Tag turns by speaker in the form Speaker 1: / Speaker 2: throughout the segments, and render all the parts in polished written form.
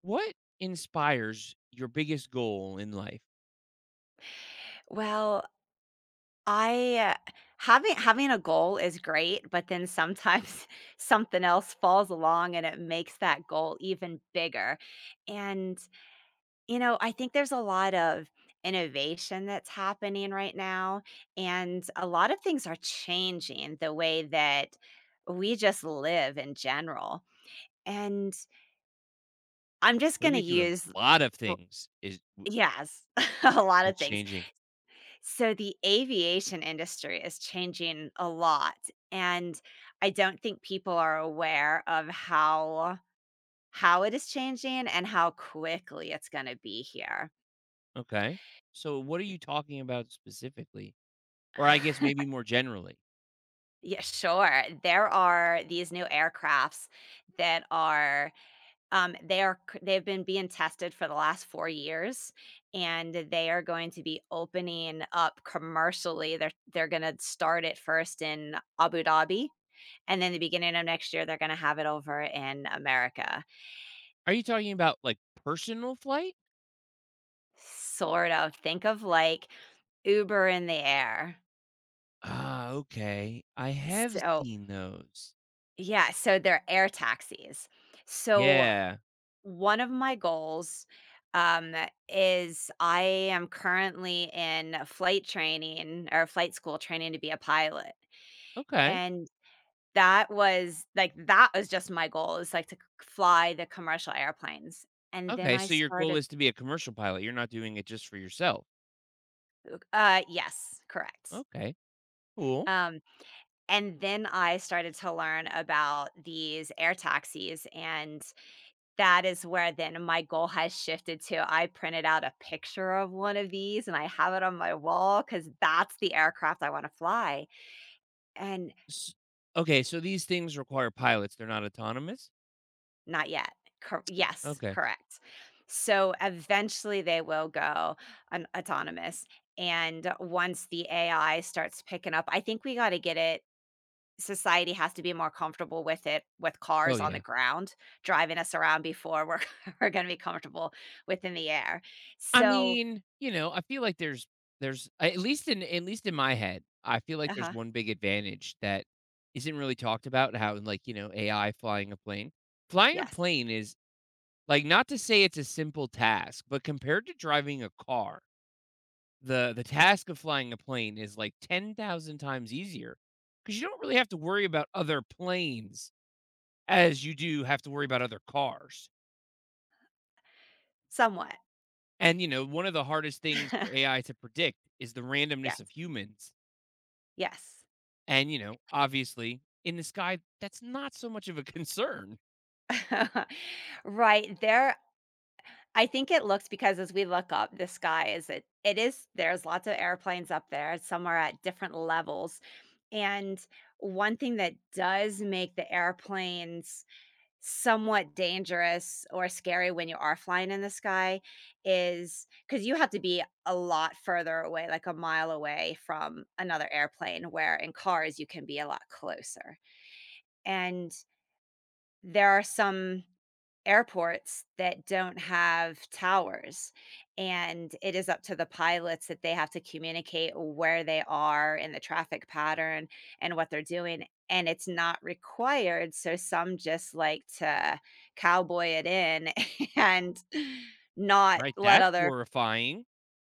Speaker 1: What inspires your biggest goal in life?
Speaker 2: Well, I having a goal is great, but then sometimes something else falls along and it makes that goal even bigger. And you know, I think there's a lot of innovation that's happening right now, and a lot of things are changing the way that we just live in general. And I'm just
Speaker 1: Well,
Speaker 2: going to
Speaker 1: we do a
Speaker 2: use
Speaker 1: lot of
Speaker 2: well,
Speaker 1: things
Speaker 2: yes, a lot of
Speaker 1: it's
Speaker 2: things.
Speaker 1: changing.
Speaker 2: So the aviation industry is changing a lot, and I don't think people are aware of how it is changing and how quickly it's gonna be here.
Speaker 1: Okay. So what are you talking about specifically? Or I guess maybe more generally.
Speaker 2: Yeah, sure. There are these new aircrafts that are, they are c they've been being tested for the last 4 years, and they are going to be opening up commercially. They're gonna start it first in Abu Dhabi. And then the beginning of next year, they're gonna have it over in America.
Speaker 1: Are you talking about like personal flight?
Speaker 2: Sort of. Think of like Uber in the air.
Speaker 1: Ah, okay. I have
Speaker 2: So
Speaker 1: seen those.
Speaker 2: yeah, so they're air taxis. So
Speaker 1: Yeah.
Speaker 2: one of my goals, um, is I am currently in flight training or flight school training to be a pilot.
Speaker 1: Okay.
Speaker 2: And that was like that was just my goal is like to c fly the commercial airplanes. And then
Speaker 1: Okay.
Speaker 2: I
Speaker 1: So your goal
Speaker 2: started
Speaker 1: is to be a commercial pilot. You're not doing it just for yourself.
Speaker 2: yes, correct.
Speaker 1: Okay. Cool.
Speaker 2: Um, and then I started to learn about these air taxis, and that is where then my goal has shifted to. I printed out a picture of one of these and I have it on my wall because that's the aircraft I want to fly. And
Speaker 1: S- okay. So these things require pilots. They're not autonomous.
Speaker 2: not yet. Cor- yes,
Speaker 1: Okay.
Speaker 2: correct. So eventually they will go an- autonomous. And once the AI starts picking up, I think we got to get it society has to be more comfortable with it with
Speaker 1: Oh
Speaker 2: cars on the
Speaker 1: yeah.
Speaker 2: ground driving us around before we're we're going to be comfortable within the air.
Speaker 1: I
Speaker 2: So
Speaker 1: mean, you know, I feel like there's at least in my head, I feel like there's
Speaker 2: uh-huh,
Speaker 1: one big advantage that isn't really talked about. How like, you know, AI flying a plane. Flying a
Speaker 2: yes,
Speaker 1: plane is like, not to say it's a simple task, but compared to driving a car, the task of flying a plane is like 10,000 times easier because you don't really have to worry about other planes as you do have to worry about other cars.
Speaker 2: somewhat.
Speaker 1: And you know, one of the hardest things for AI to predict is the
Speaker 2: Yes,
Speaker 1: randomness of humans.
Speaker 2: yes.
Speaker 1: And, you know, obviously, in the sky, that's not so much of a concern.
Speaker 2: Right there, I think it looks because as we look up, the sky is it is there's lots of airplanes up there. Some are at different levels. And one thing that does make the airplanes somewhat dangerous or scary when you are flying in the sky is because you have to be a lot further away, like a mile away from another airplane, where in cars you can be a lot closer. And there are some airports that don't have towers, and it is up to the pilots that they have to communicate where they are in the traffic pattern and what they're doing, and it's not required, so some just like to cowboy it in and
Speaker 1: All
Speaker 2: not
Speaker 1: right?
Speaker 2: let
Speaker 1: That's
Speaker 2: other.
Speaker 1: horrifying.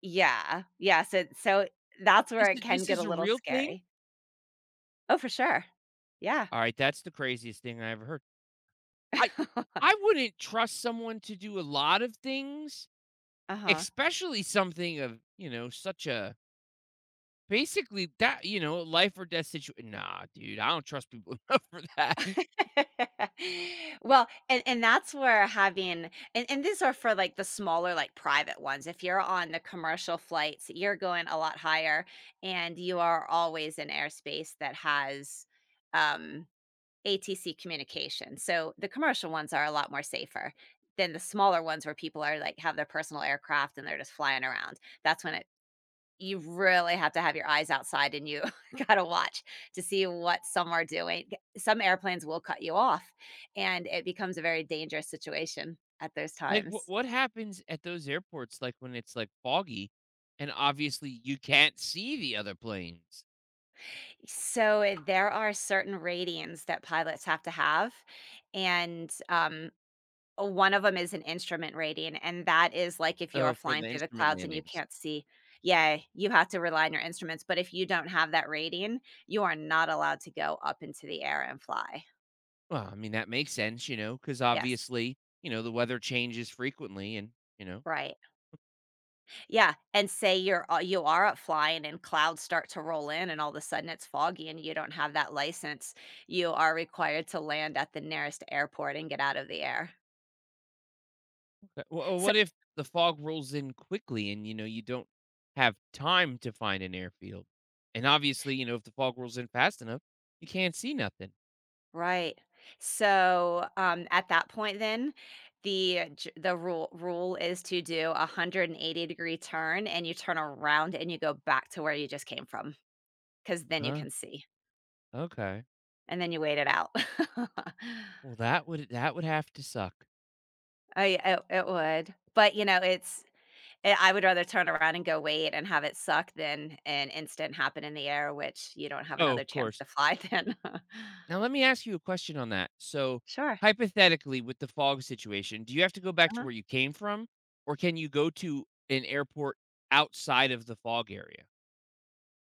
Speaker 2: Yeah, yeah, so so that's
Speaker 1: This
Speaker 2: where it
Speaker 1: is
Speaker 2: can
Speaker 1: this
Speaker 2: get
Speaker 1: is
Speaker 2: a
Speaker 1: a
Speaker 2: little
Speaker 1: real thing?
Speaker 2: scary. Oh, for sure. Yeah.
Speaker 1: All right, that's the craziest thing I ever heard. I I wouldn't trust someone to do a lot of things,
Speaker 2: Uh-huh.
Speaker 1: especially something of, you know, such a basically that, you know, life or death situation. Nah, dude, I don't trust people enough for that.
Speaker 2: well, and that's where having and these are for like the smaller like private ones. If you're on the commercial flights, you're going a lot higher and you are always in airspace that has um ATC communication. So the commercial ones are a lot more safer than the smaller ones where people are like have their personal aircraft and they're just flying around. That's when it you really have to have your eyes outside and you gotta watch to see what some are doing. G some airplanes will cut you off, and it becomes a very dangerous situation at those
Speaker 1: Like what
Speaker 2: times.
Speaker 1: what happens at those airports like when it's like foggy and obviously you can't see the other planes?
Speaker 2: So, there are certain ratings that pilots have to have, and, one of them is an instrument rating, and that is, like, if you're
Speaker 1: Oh, for
Speaker 2: flying
Speaker 1: the
Speaker 2: through the
Speaker 1: instrument
Speaker 2: clouds and you
Speaker 1: landings.
Speaker 2: can't see. Yeah, you have to rely on your instruments, but if you don't have that rating, you are not allowed to go up into the air and fly.
Speaker 1: Well, I mean, that makes sense, you know, because
Speaker 2: Yes,
Speaker 1: obviously, you know, the weather changes frequently and, you know.
Speaker 2: right. Yeah, and say you're you are up flying and clouds start to roll in and all of a sudden it's foggy and you don't have that license, you are required to land at the nearest airport and get out of the air.
Speaker 1: Okay. Well,
Speaker 2: So
Speaker 1: what if the fog rolls in quickly and, you know, you don't have time to find an airfield? And obviously, you know, if the fog rolls in fast enough, you can't see nothing.
Speaker 2: right. So, at that point then, the rule is to do a 180-degree turn and you turn around and you go back to where you just came from, because then you
Speaker 1: Huh?
Speaker 2: can see
Speaker 1: Okay.
Speaker 2: and then you wait it out.
Speaker 1: Well, that would have to suck.
Speaker 2: I it, it would. But, you know, it's eh, I would rather turn around and go wait and have it suck than an instant happen in the air, which you don't have
Speaker 1: Oh,
Speaker 2: another
Speaker 1: of
Speaker 2: chance
Speaker 1: course.
Speaker 2: to fly then.
Speaker 1: Now, let me ask you a question on that. So,
Speaker 2: Sure,
Speaker 1: hypothetically, with the fog situation, do you have to go back to
Speaker 2: uh-huh.
Speaker 1: where you came from, or can you go to an airport outside of the fog area?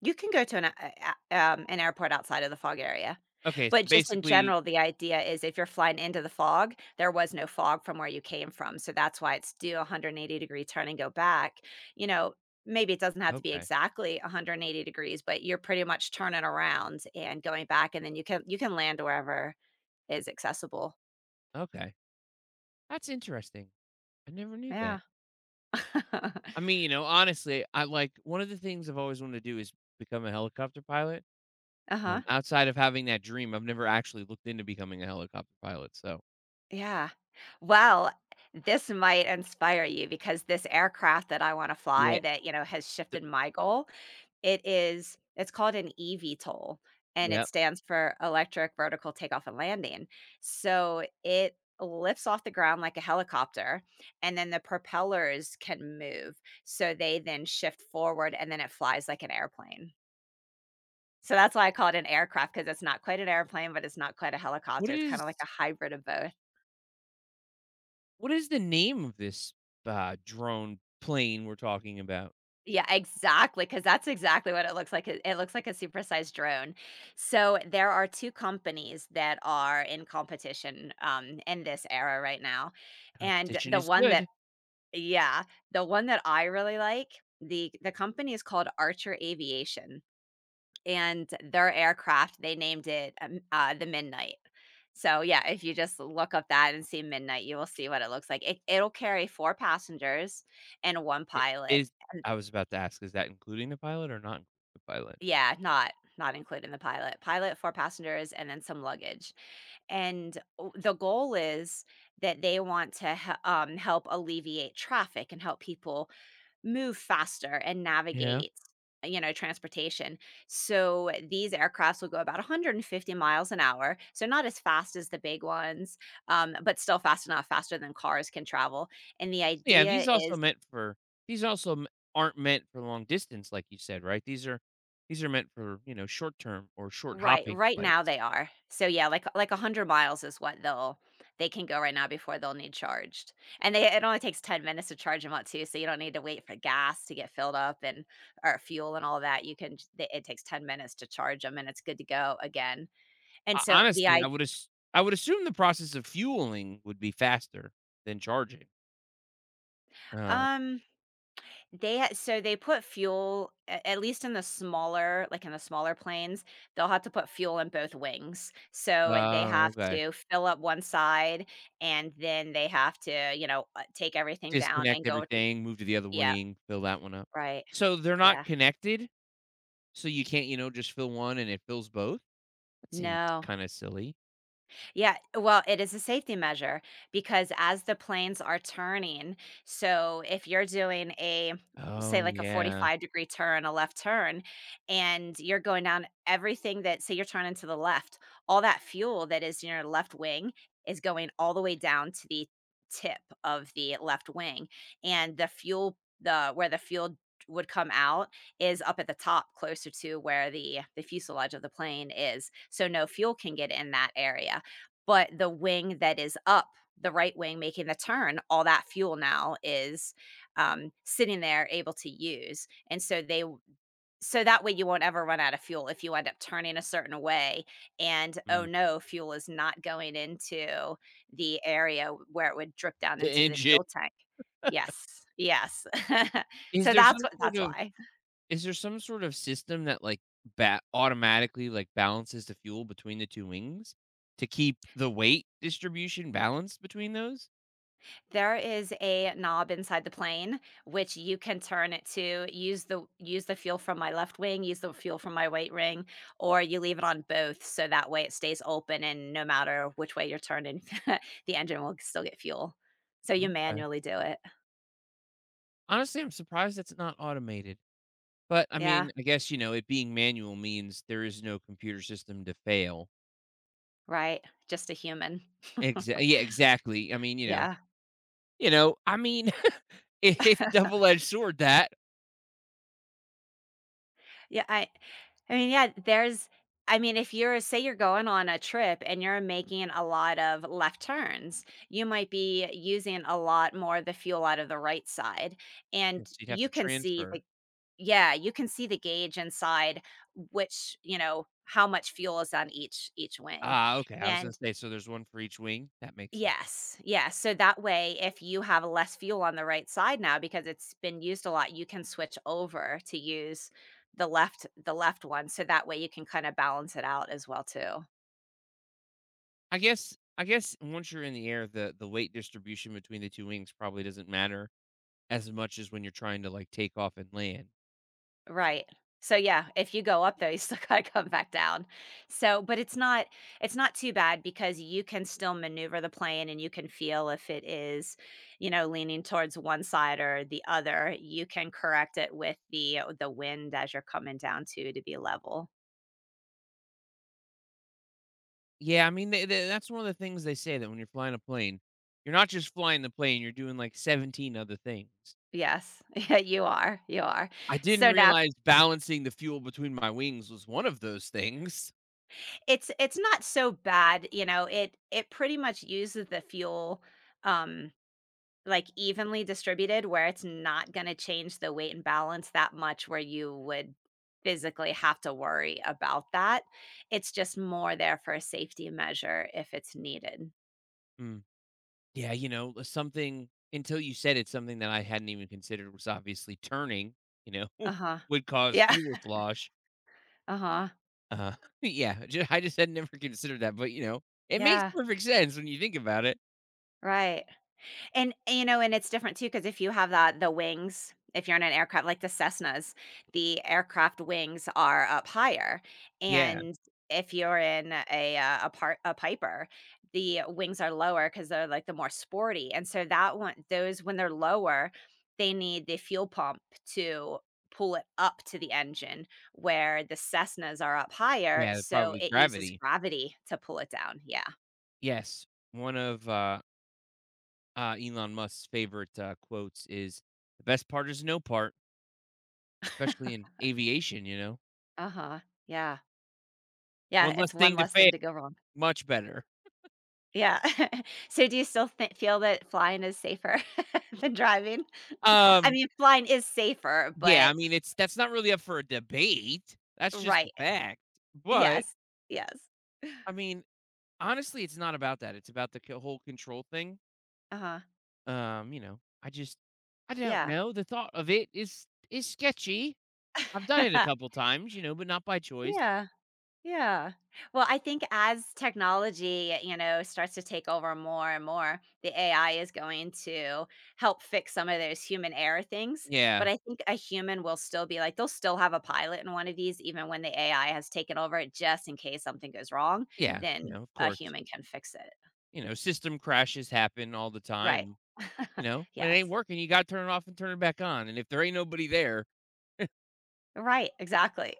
Speaker 2: You can go to an a an airport outside of the fog area.
Speaker 1: Okay, so
Speaker 2: But just in
Speaker 1: basically,
Speaker 2: general, the idea is if you're flying into the fog, there was no fog from where you came from, so that's why it's do a 180-degree turn and go back. You know, maybe it doesn't have to be
Speaker 1: okay,
Speaker 2: exactly 180 degrees, but you're pretty much turning around and going back, and then you can land wherever is accessible.
Speaker 1: okay, that's interesting. I never knew that.
Speaker 2: Yeah.
Speaker 1: I mean, you know, honestly, I like one of the things I've always wanted to do is become a helicopter pilot.
Speaker 2: Uh-huh.
Speaker 1: Outside of having that dream, I've never actually looked into becoming a helicopter pilot. So,
Speaker 2: Yeah. Well, this might inspire you because this aircraft that I wanna fly
Speaker 1: yeah,
Speaker 2: that, you know, has
Speaker 1: th-
Speaker 2: shifted my goal, it's called an eVTOL, and
Speaker 1: yeah,
Speaker 2: it stands for Electric Vertical Takeoff and Landing. So, it lifts off the ground like a helicopter, and then the propellers can move, so they then shift forward, and then it flies like an airplane. So, that's why I call it an aircraft because it's not quite an airplane, but it's not quite a
Speaker 1: what
Speaker 2: helicopter, it's kinda like
Speaker 1: is
Speaker 2: a hybrid of both.
Speaker 1: What is the name of this, drone plane we're talking about?
Speaker 2: Yeah, exactly, because that's exactly what it looks like, it looks like a supersized drone. So, there are 2 companies that are in competition, in this era right now, and
Speaker 1: Competition is good.
Speaker 2: yeah, the one that I really like, the company is called Archer Aviation, and their aircraft, they named it, the Midnight. So, yeah, if you just look up that and see Midnight, you will see what it looks like. It'll carry 4 passengers and 1
Speaker 1: I
Speaker 2: pilot.
Speaker 1: is I was about to ask, is that including the pilot or not including the pilot?
Speaker 2: Yeah, not included in the pilot. Pilot, 4 passengers, and then some luggage, and o the goal is that they want to he help alleviate traffic and help people move faster and
Speaker 1: Yeah.
Speaker 2: navigate, you know, transportation. So, these aircrafts will go about 150 miles an hour, so not as fast as the big ones, but still fast enough, faster than cars can travel, and the
Speaker 1: Yeah,
Speaker 2: idea
Speaker 1: these also meant for these also m aren't meant for long distance like you said, right? These are meant for, you know, short term or short
Speaker 2: right,
Speaker 1: hopping
Speaker 2: right now
Speaker 1: flights.
Speaker 2: they are. So yeah, like 100 miles is what they can go right now before they'll need charged. And they it only takes 10 minutes to charge them up too, so you don't need to wait for gas to get filled up and or fuel and all that. You can j- it takes 10 minutes to charge them and it's good to go again. And
Speaker 1: Ho
Speaker 2: so the
Speaker 1: Honestly,
Speaker 2: I
Speaker 1: I would assume the process of fueling would be faster than charging. Oh.
Speaker 2: um they ha so they put fuel a at least in the smaller like, in the smaller planes, they'll have to put fuel in both wings. So, eh, they
Speaker 1: Oh,
Speaker 2: have
Speaker 1: okay.
Speaker 2: to fill up one side, and then they have to, you know, take everything down and
Speaker 1: Disconnect
Speaker 2: go to
Speaker 1: everything, move to the other
Speaker 2: yeah,
Speaker 1: wing, fill that one up.
Speaker 2: right,
Speaker 1: So they're not
Speaker 2: yeah.
Speaker 1: connected, so you can't, you know, just fill one and it fills both? That seems
Speaker 2: No.
Speaker 1: kinda silly.
Speaker 2: Yeah, well, it is a safety measure because as the planes are turning, so if you're doing a say
Speaker 1: Oh,
Speaker 2: like a
Speaker 1: yeah.
Speaker 2: 45-degree turn, a left turn, and you're going down everything that say you're turning to the left, all that fuel that is in your left wing is going all the way down to the tip of the left wing, and the where the fuel would come out is up at the top closer to where the fuselage of the plane is, so no fuel can get in that area. But the wing that is up, the right wing making the turn, all that fuel now is, sitting there able to use, and so they w so that way you won't ever run out of fuel if you end up turning a certain way, and, "Oh,
Speaker 1: Mm.
Speaker 2: no, fuel is not going into the area where it would drip down
Speaker 1: The
Speaker 2: into the
Speaker 1: engine.
Speaker 2: fuel tank." Yes, yes.
Speaker 1: Is
Speaker 2: So
Speaker 1: there
Speaker 2: that's
Speaker 1: some
Speaker 2: what
Speaker 1: sort
Speaker 2: that's
Speaker 1: of
Speaker 2: why.
Speaker 1: is there some sort of system that, like, bat automatically, like, balances the fuel between the 2 wings to keep the weight distribution balanced between those?
Speaker 2: There is a knob inside the plane which you can turn it to use the fuel from my left wing, use the fuel from my right wing, or you leave it on both so that way it stays open and no matter which way you're turning, the engine will still get fuel. So you
Speaker 1: Okay.
Speaker 2: manually do it.
Speaker 1: Honestly, I'm surprised that's not automated. But, I
Speaker 2: Yeah,
Speaker 1: mean, I guess, you know, it being manual means there is no computer system to fail.
Speaker 2: right. Just a human.
Speaker 1: Exactly. Yeah, exactly. I mean, you know,
Speaker 2: Yeah.
Speaker 1: you know, I mean, it's double-edged sword that.
Speaker 2: Yeah, I I mean, yeah, there's I mean, if you're say you're going on a trip and you're making a lot of left turns, you might be using a lot more of the fuel out of the right side. And
Speaker 1: Yes, you'd have to transfer.
Speaker 2: you can see the gauge inside which, you know, how much fuel is on each wing.
Speaker 1: Ah, okay, I was gonna
Speaker 2: And
Speaker 1: say, so there's one for each wing? That makes sense.
Speaker 2: yes, yes, so that way, if you have less fuel on the right side now because it's been used a lot, you can switch over to use the left one, so that way you can kinda balance it out as well too.
Speaker 1: I guess once you're in the air, the weight distribution between the 2 wings probably doesn't matter as much as when you're trying to, like, take off and land.
Speaker 2: Right. So, yeah, if you go up though, you still gotta come back down. So but it's not too bad because you can still maneuver the plane and you can feel if it is, you know, leaning towards one side or the other. You can correct it with the wind as you're coming down too to be level.
Speaker 1: Yeah, I mean, they that's one of the things they say that when you're flying a plane, you're not just flying the plane, you're doing, like, 17 other things.
Speaker 2: Yes. Yeah, you are, you are.
Speaker 1: I didn't
Speaker 2: So now
Speaker 1: realize balancing the fuel between my wings was one of those things.
Speaker 2: it's not so bad, you know, it pretty much uses the fuel, um, like, evenly distributed where it's not gonna change the weight and balance that much where you would physically have to worry about that. It's just more there for a safety measure if it's needed.
Speaker 1: Mm. Yeah, you know, something until you said it, something that I hadn't even considered was obviously turning, you know,
Speaker 2: Uh-huh.
Speaker 1: would cause
Speaker 2: Yeah.
Speaker 1: fuel slosh.
Speaker 2: Uh-huh.
Speaker 1: Uh, yeah, I just had never considered that, but you know, it makes
Speaker 2: Yeah,
Speaker 1: perfect sense when you think about it.
Speaker 2: right. And, you know, and it's different too because if you have that the wings, if you're in an aircraft like the Cessnas, the aircraft wings are up higher,
Speaker 1: Yeah,
Speaker 2: and if you're in a part a Piper, the wings are lower because they're like the more sporty, and so that one those when they're lower, they need the fuel pump to pull it up to the engine where the Cessnas are up higher,
Speaker 1: yeah,
Speaker 2: so
Speaker 1: probably
Speaker 2: it uses
Speaker 1: gravity.
Speaker 2: gravity to pull it down. Yeah.
Speaker 1: Yes, one of Elon Musk's favorite quotes is the best part is no part, especially in aviation, you know,
Speaker 2: Uh-huh. Yeah. Yeah,
Speaker 1: one less
Speaker 2: it's one
Speaker 1: thing to
Speaker 2: less
Speaker 1: fail,
Speaker 2: thing to go wrong.
Speaker 1: much better.
Speaker 2: Yeah. So do you still th feel that flying is safer than driving? I
Speaker 1: Um,
Speaker 2: mean, flying is safer,
Speaker 1: Yeah, I
Speaker 2: but
Speaker 1: mean, it's that's not really up for a debate. That's just a
Speaker 2: right.
Speaker 1: fact. But,
Speaker 2: Yes. Yes.
Speaker 1: I mean, honestly, it's not about that. It's about the c whole control thing.
Speaker 2: Uh-huh.
Speaker 1: You know, I don't
Speaker 2: Yeah.
Speaker 1: know. The thought of it is sketchy. I've done it a couple times, you know, but not by choice.
Speaker 2: Yeah. Yeah. Well, I think as technology, you know, starts to take over more and more, the AI is going to help fix some of those human error things. But
Speaker 1: Yeah.
Speaker 2: I think a human will still be like, they'll still have a pilot in one of these, even when the AI has taken over it, just in case something goes wrong,
Speaker 1: Yeah. You
Speaker 2: then
Speaker 1: know, of
Speaker 2: a
Speaker 1: course.
Speaker 2: human can fix it.
Speaker 1: You know, system crashes happen all the
Speaker 2: Right.
Speaker 1: time. You know, when it
Speaker 2: yes.
Speaker 1: ain't working, you gotta turn it off and turn it back on. And if there ain't nobody there,
Speaker 2: Right. Exactly.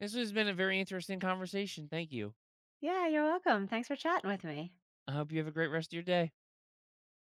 Speaker 1: this has been a very interesting conversation. Thank you.
Speaker 2: yeah. You're welcome. Thanks for chatting with me.
Speaker 1: I hope you have a great rest of your day.